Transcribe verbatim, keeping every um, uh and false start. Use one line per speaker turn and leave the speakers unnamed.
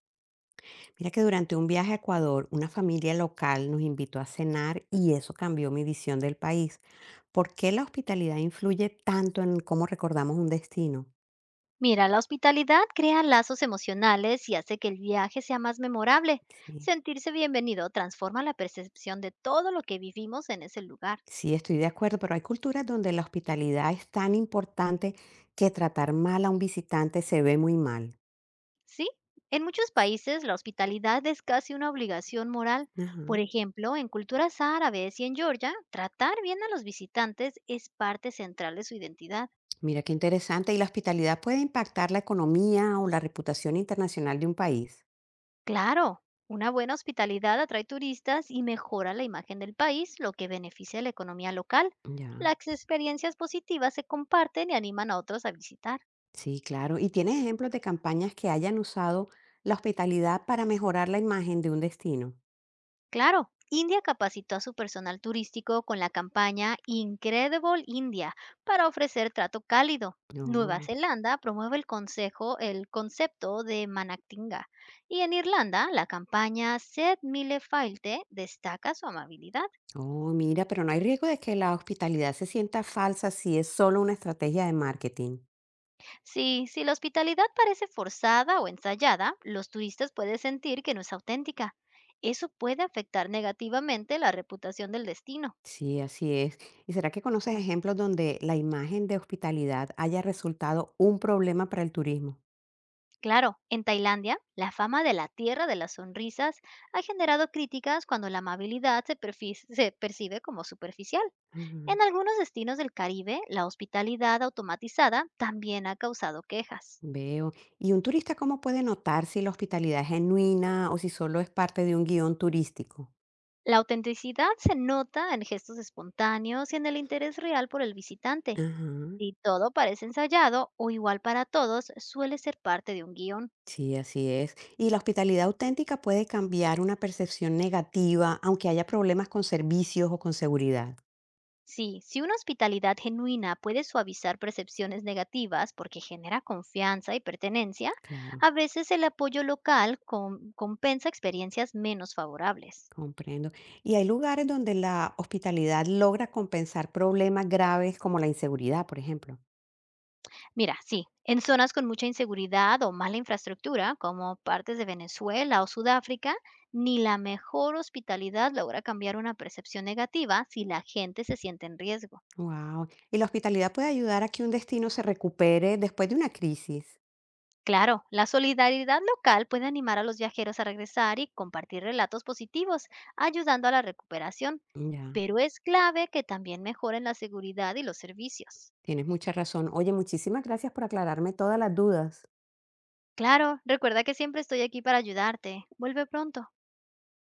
Mira que durante un viaje a Ecuador, una familia local nos invitó a cenar y eso cambió mi visión del país. ¿Por qué la hospitalidad influye tanto en cómo recordamos un destino?
Mira, la hospitalidad crea lazos emocionales y hace que el viaje sea más memorable.
Sí,
Sentirse bienvenido transforma la percepción de todo lo que vivimos en ese lugar.
sí, estoy de acuerdo, pero hay culturas donde la hospitalidad es tan importante que tratar mal a un visitante se ve muy mal.
¿Sí? En muchos países la hospitalidad es casi una obligación moral. Por
Ajá.
ejemplo, en culturas árabes y en Georgia, tratar bien a los visitantes es parte central de su identidad.
Mira qué interesante. ¿Y la hospitalidad puede impactar la economía o la reputación internacional de un país?
Claro, una buena hospitalidad atrae turistas y mejora la imagen del país, lo que beneficia a la economía local.
Ya.
Las experiencias positivas se comparten y animan a otros a visitar.
Sí, claro. ¿Y tienes ejemplos de campañas que hayan usado la hospitalidad para mejorar la imagen de un destino?
Claro, India capacitó a su personal turístico con la campaña Incredible India para ofrecer trato cálido. Nueva
No.
Zelanda promueve el consejo, el concepto de Manactinga. Y en Irlanda, la campaña Sed Mile Failte destaca su amabilidad.
Oh, mira, pero no hay riesgo de que la hospitalidad se sienta falsa si es solo una estrategia de marketing.
Sí, si la hospitalidad parece forzada o ensayada, los turistas pueden sentir que no es auténtica. Eso puede afectar negativamente la reputación del destino.
Sí, así es. ¿Y será que conoces ejemplos donde la imagen de hospitalidad haya resultado un problema para el turismo?
Claro, en Tailandia, la fama de la tierra de las sonrisas ha generado críticas cuando la amabilidad se, perfi- se percibe como superficial.
Ajá,
En algunos destinos del Caribe, la hospitalidad automatizada también ha causado quejas.
veo. ¿Y un turista cómo puede notar si la hospitalidad es genuina o si solo es parte de un guión turístico?
La autenticidad se nota en gestos espontáneos y en el interés real por el visitante.
Ajá.
Si todo parece ensayado o igual para todos, suele ser parte de un guión.
Sí, así es. Y la hospitalidad auténtica puede cambiar una percepción negativa, aunque haya problemas con servicios o con seguridad.
Sí, si una hospitalidad genuina puede suavizar percepciones negativas porque genera confianza y pertenencia,
Claro,
a veces el apoyo local com- compensa experiencias menos favorables.
comprendo. Y hay lugares donde la hospitalidad logra compensar problemas graves como la inseguridad, por ejemplo.
Mira, sí, en zonas con mucha inseguridad o mala infraestructura, como partes de Venezuela o Sudáfrica, ni la mejor hospitalidad logra cambiar una percepción negativa si la gente se siente en riesgo.
Wow. Y la hospitalidad puede ayudar a que un destino se recupere después de una crisis.
Claro, la solidaridad local puede animar a los viajeros a regresar y compartir relatos positivos, ayudando a la recuperación,
Ya,
pero es clave que también mejoren la seguridad y los servicios.
tienes mucha razón. Oye, muchísimas gracias por aclararme todas las dudas.
Claro, recuerda que siempre estoy aquí para ayudarte. Vuelve pronto.